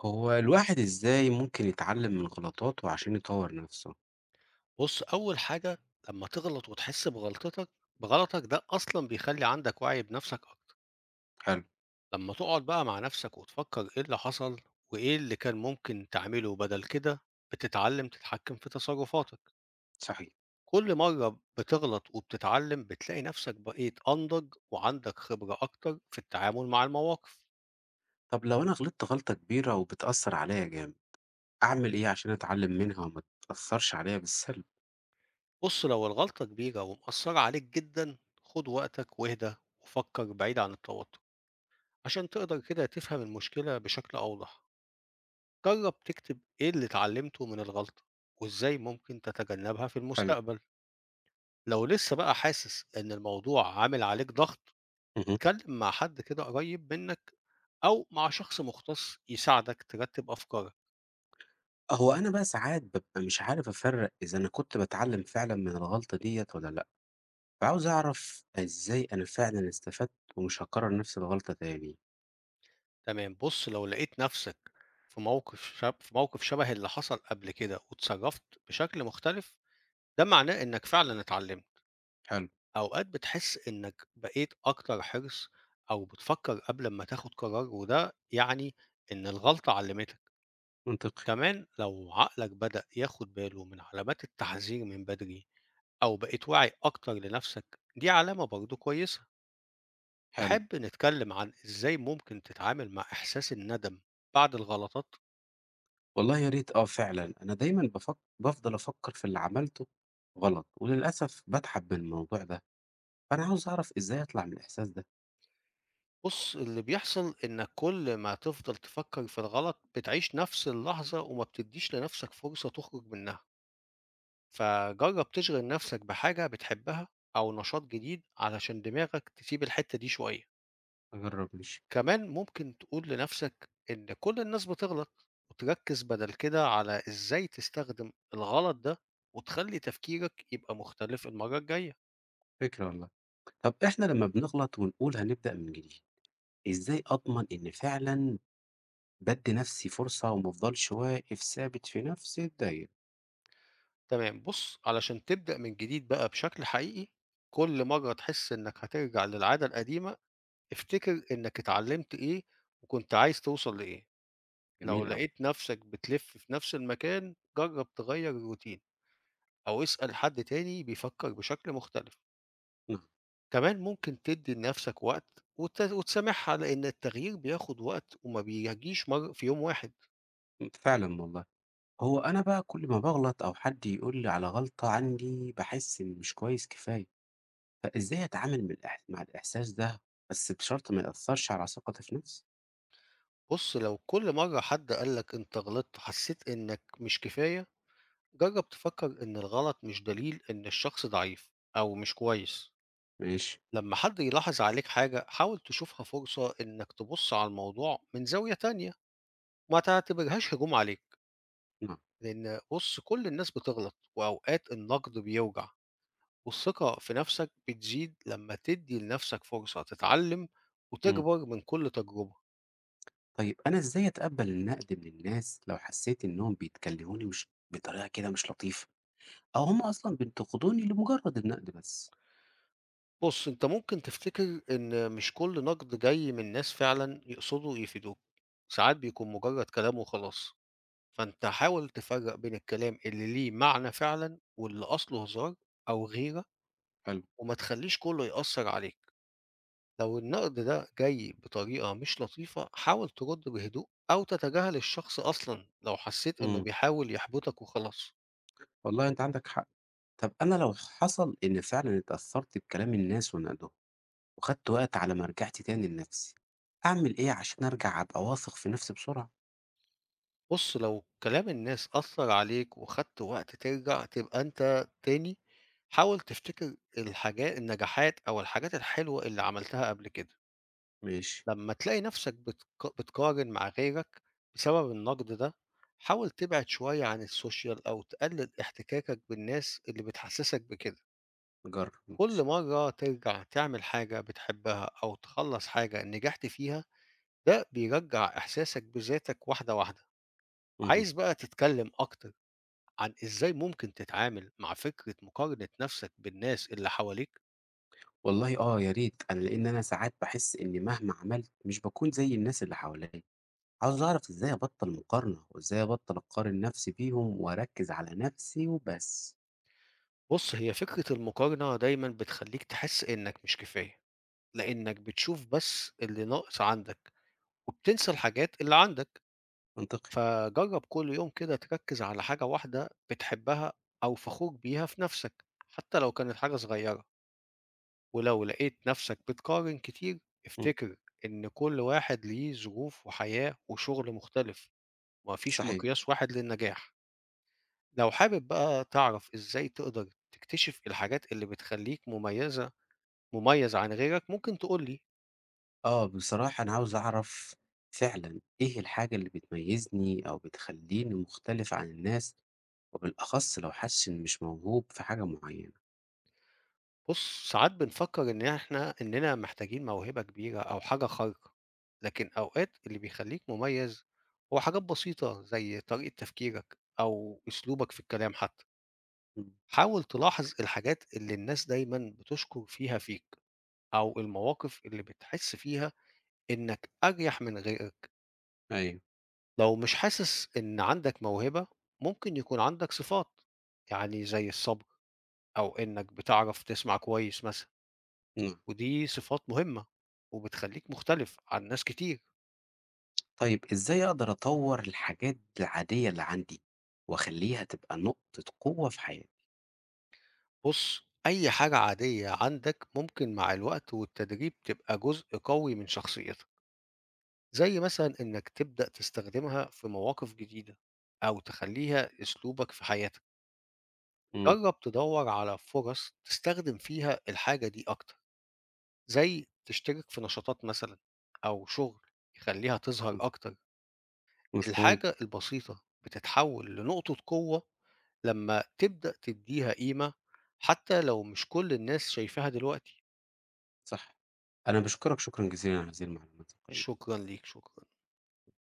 هو الواحد إزاي ممكن يتعلم من غلطاته عشان يطور نفسه؟ بُص، أول حاجة لمّا تغلط وتحس بغلطتك بغلطك ده أصلًا بيخلّي عندك وعي بنفسك أكتر، حلو، لمّا تقعد بقى مع نفسك وتفكر إيه اللي حصل وإيه اللي كان ممكن تعمله بدل كده، بتتعلم تتحكم في تصرفاتك، صحيح. كل مرة بتغلط وبتتعلم بتلاقي نفسك بقيت أنضج وعندك خبرة أكتر في التعامل مع المواقف، طب لو أنا غلطت غلطة كبيرة وبتأثر عليا جامد، أعمل إيه عشان أتعلم منها وما تأثرش عليا بالسلب؟ بُص لو الغلطة كبيرة ومأثرة عليك جدًا خُد وقتك واهدى وفكر بعيد عن التوتر، عشان تقدر كده تفهم المشكلة بشكل أوضح. جرب تكتب إيه اللي اتعلمته من الغلطة وإزاي ممكن تتجنبها في حلو. المستقبل. لو لسه بقى حاسس إن الموضوع عامل عليك ضغط اهم. اتكلم مع حد كده قريب منك أو مع شخص مختص يساعدك ترتب أفكارك. هو أنا بقى ساعات ببقى مش عارف أفرق إذا أنا كنت بتعلم فعلا من الغلطة ديت ولا لأ، فعاوز أعرف إزاي أنا فعلا استفدت ومش هكرر نفس الغلطة تاني. تمام، بص، لو لقيت نفسك في موقف شبه اللي حصل قبل كده وتصرفت بشكل مختلف، ده معناه إنك فعلا اتعلمت. حلو، أوقات بتحس إنك بقيت أكتر حرص أو بتفكر قبل ما تاخد قرار، وده يعني إن الغلطة علمتك. منطقي. كمان لو عقلك بدأ ياخد باله من علامات التحذير من بدري أو بقيت واعي أكتر لنفسك، دي علامة برضو كويسة. حلو. تحب نتكلم عن إزاي ممكن تتعامل مع إحساس الندم بعد الغلطات؟ والله يا ريت آه فعلًا، أنا دايمًا بافضل أفكّر في اللي عملته غلط، وللأسف باتعب من الموضوع ده، فأنا عاوز أعرف إزاي أطلع من الإحساس ده؟ بص، اللي بيحصل إنك كل ما تفضل تفكر في الغلط بتعيش نفس اللحظة وما بتديش لنفسك فرصة تخرج منها، فجرّب تشغِل نَفْسك بحاجة بتحبها أو نشاط جديد علشان دماغك تسيب الحتّة دي شوية. أجرّب ماشي، كمان ممكن تقول لنَفْسك إن كل الناس بتغلط، وتركِّز بدل كده على إزاي تستخدم الغلط ده وتخلّي تفكيرك يبقى مختلف المَرّة الجاية. فكرة والله. طب إحنا لمّا بنغلط ونقول هنبدأ من جديد، إزاي أضمن إن فعلًا بادّي نَفْسي فرصة وما افضلش واقف ثابت في نَفْس الدايرة؟ تمام، بُص، علشان تبدأ من جديد بقى بشكل حقيقي، كل مرّة تحس إنّك هترجع للعادة القديمة، افتكر إنّك اتعلّمت إيه وكنت عايز توصل لإيه. لو جميل أوي. لقيت نفسك بتلف في نفس المكان، جرّب تغيّر الروتين أو اسأل حد تاني بيفكّر بشكل مختلف. نعم، كمان ممكن تدّي لنفسك وقت وتسامحها لإن التغيير بياخد وقت وما بيجيش مر في يوم واحد. فعلًا والله. هو أنا بقى كل ما باغلط أو حد يقول لي على غلطة عندي، باحس إني مش كويس كفاية. فإزاي أتعامل من الإح مع الإحساس ده، بس بشرط ما يأثّرش على ثقتي في نَفْسي؟ بُص، لو كل مرّة حد قال لك أنت غلطت حسّيت إنّك مش كفاية، جرّب تفكّر إن الغلط مش دليل إن الشخص ضعيف أو مش كويس. ماشي، لمّا حد يلاحظ عليك حاجة، حاول تشوفها فرصة إنّك تبُص على الموضوع من زاوية تانية، ما تعتبرهاش هجوم عليك. نعم، لأن بُص كل الناس بتغلط، وأوقات النقد بيوجع، والثقة في نَفْسك بتزيد لمّا تدّي لنَفْسك فرصة تتعلم إمم. وتكبر من كل تجربة. طيب أنا إزاي أتقبّل النقد من الناس لو حسّيت إنّهم بيتكلموني مش بطريقة كده مش لطيفة، أو هم أصلًا بينتقدوني لمجرّد النقد بس؟ بُص، أنت ممكن تفتكر إن مش كل نقد جاي من ناس فعلًا يقصدوا يفيدوك، ساعات بيكون مجرد كلام وخلاص، فأنت حاول تفرّق بين الكلام اللي ليه معنى فعلًا واللي أصله هزار أو غيرة، حلو، وما تخلّيش كُلّه يأثّر عليك. لو النقد ده جاي بطريقة مش لطيفة حاول ترد بهدوء أو تتجاهل الشخص أصلا لو حسيت إنه إمم، بيحاول يحبطك وخلاص. والله أنت عندك حق. طَب أنا لو حصل إن فعلًا اتأثّرت بكلام الناس ونقدهم، وخدت وقت على ما رجعت تاني لنَفْسي، أعمل إيه عشان أرجع أبقى واثق في نَفْسي بسرعة؟ بص لو كلام الناس أثر عليك وخدت وقت ترجع تبقى أنت تاني، حاول تفتكر الحاجات النجاحات أو الحاجات الحلوة اللي عملتها قبل كده. ماشي، لما تلاقي نفسك بتقارن مع غيرك بسبب النقد ده، حاول تبعد شوية عن السوشيال أو تقلل احتكاكك بالناس اللي بتحسسك بكده. أجرّب، كل ماشي، مرة ترجع تعمل حاجة بتحبها أو تخلّص حاجة نجحت فيها، ده بيرجّع إحساسك بذاتك واحدة، واحدة. اهم. عايز بقى تتكلّم أكتر عن إزاي ممكن تتعامل مع فكرة مقارنة نَفْسك بالناس اللي حواليك؟ والله آه يا ريت، أنا لإن أنا ساعات باحس إني مهما عملت مش باكون زي الناس اللي حواليّا، عاوز أعرف إزاي أبطّل مقارنة، وإزاي أبطّل أقارن نفسي بيهم وأركّز على نفسي وبس. بُص، هي فكرة المقارنة دايمًا بتخلّيك تحس إنّك مش كفاية، لإنّك بتشوف بس اللي ناقص عندك وبتنسى الحاجات اللي عندك. منطقي، فجرّب كل يوم كده تركّز على حاجة واحدة بتحبها أو فخور بيها في نَفْسك، حتّى لو كانت حاجة صغيّرة. ولو لقيت نفسك بتقارن كتير إمم، افتكر إن كل واحد ليه ظروف وحياة وشغل مختلف ومفيش صحيح. مقياس واحد للنجاح. لو حابب بقى تعرف إزاي تقدر تكتشف الحاجات اللي بتخليك مميزة، مميز عن غيرك، ممكن تقولي. آه، بصراحة أنا عاوز أعرف فعلًا إيه الحاجة اللي بتميزني أو بتخلّيني مختلف عن الناس، وبالأخص لو حاسس إني مش موهوب في حاجة معيّنة. بص ساعات بنفكر إن إحنا إننا محتاجين موهبة كبيرة أو حاجة خارقة، لكن أوقات اللي بيخليك مميز هو حاجات بسيطة زي طريقة تفكيرك أو أسلوبك في الكلام حتى. إمم، حاول تلاحظ الحاجات اللي الناس دايما بتشكر فيها فيك أو المواقف اللي بتحس فيها إنك أريح من غيرك. أيوه، لو مش حاسس إن عندك موهبة ممكن يكون عندك صفات، يعني زي الصبر أو إنك بتعرف تسمع كويس مثلا، نعم. ودي صفات مهمة وبتخليك مختلف عن ناس كتير. طيب إزاي أقدر أطوّر الحاجات العادية اللي عندي وأخلّيها تبقى نقطة قوة في حياتي؟ بص أي حاجة عادية عندك ممكن مع الوقت والتدريب تبقى جزء قوي من شخصيتك، زي مثلًا إنك تبدأ تستخدمها في مواقف جديدة أو تخلّيها أسلوبك في حياتك. إمم، جرّب تدوّر على فرص تستخدم فيها الحاجة دي أكتر، زي تشترك في نشاطات مثلًا أو شغل يخلّيها تظهر مف أكتر. مفهوم، الحاجة البسيطة بتتحوّل لنقطة قوة لمّا تبدأ تدّيها قيمة حتى لو مش كل الناس شايفاها دلوقتي. صح. أنا باشكرك شكرًا جزيلًا على هذه المعلومات القيمة. شكرًا ليك، شكرًا.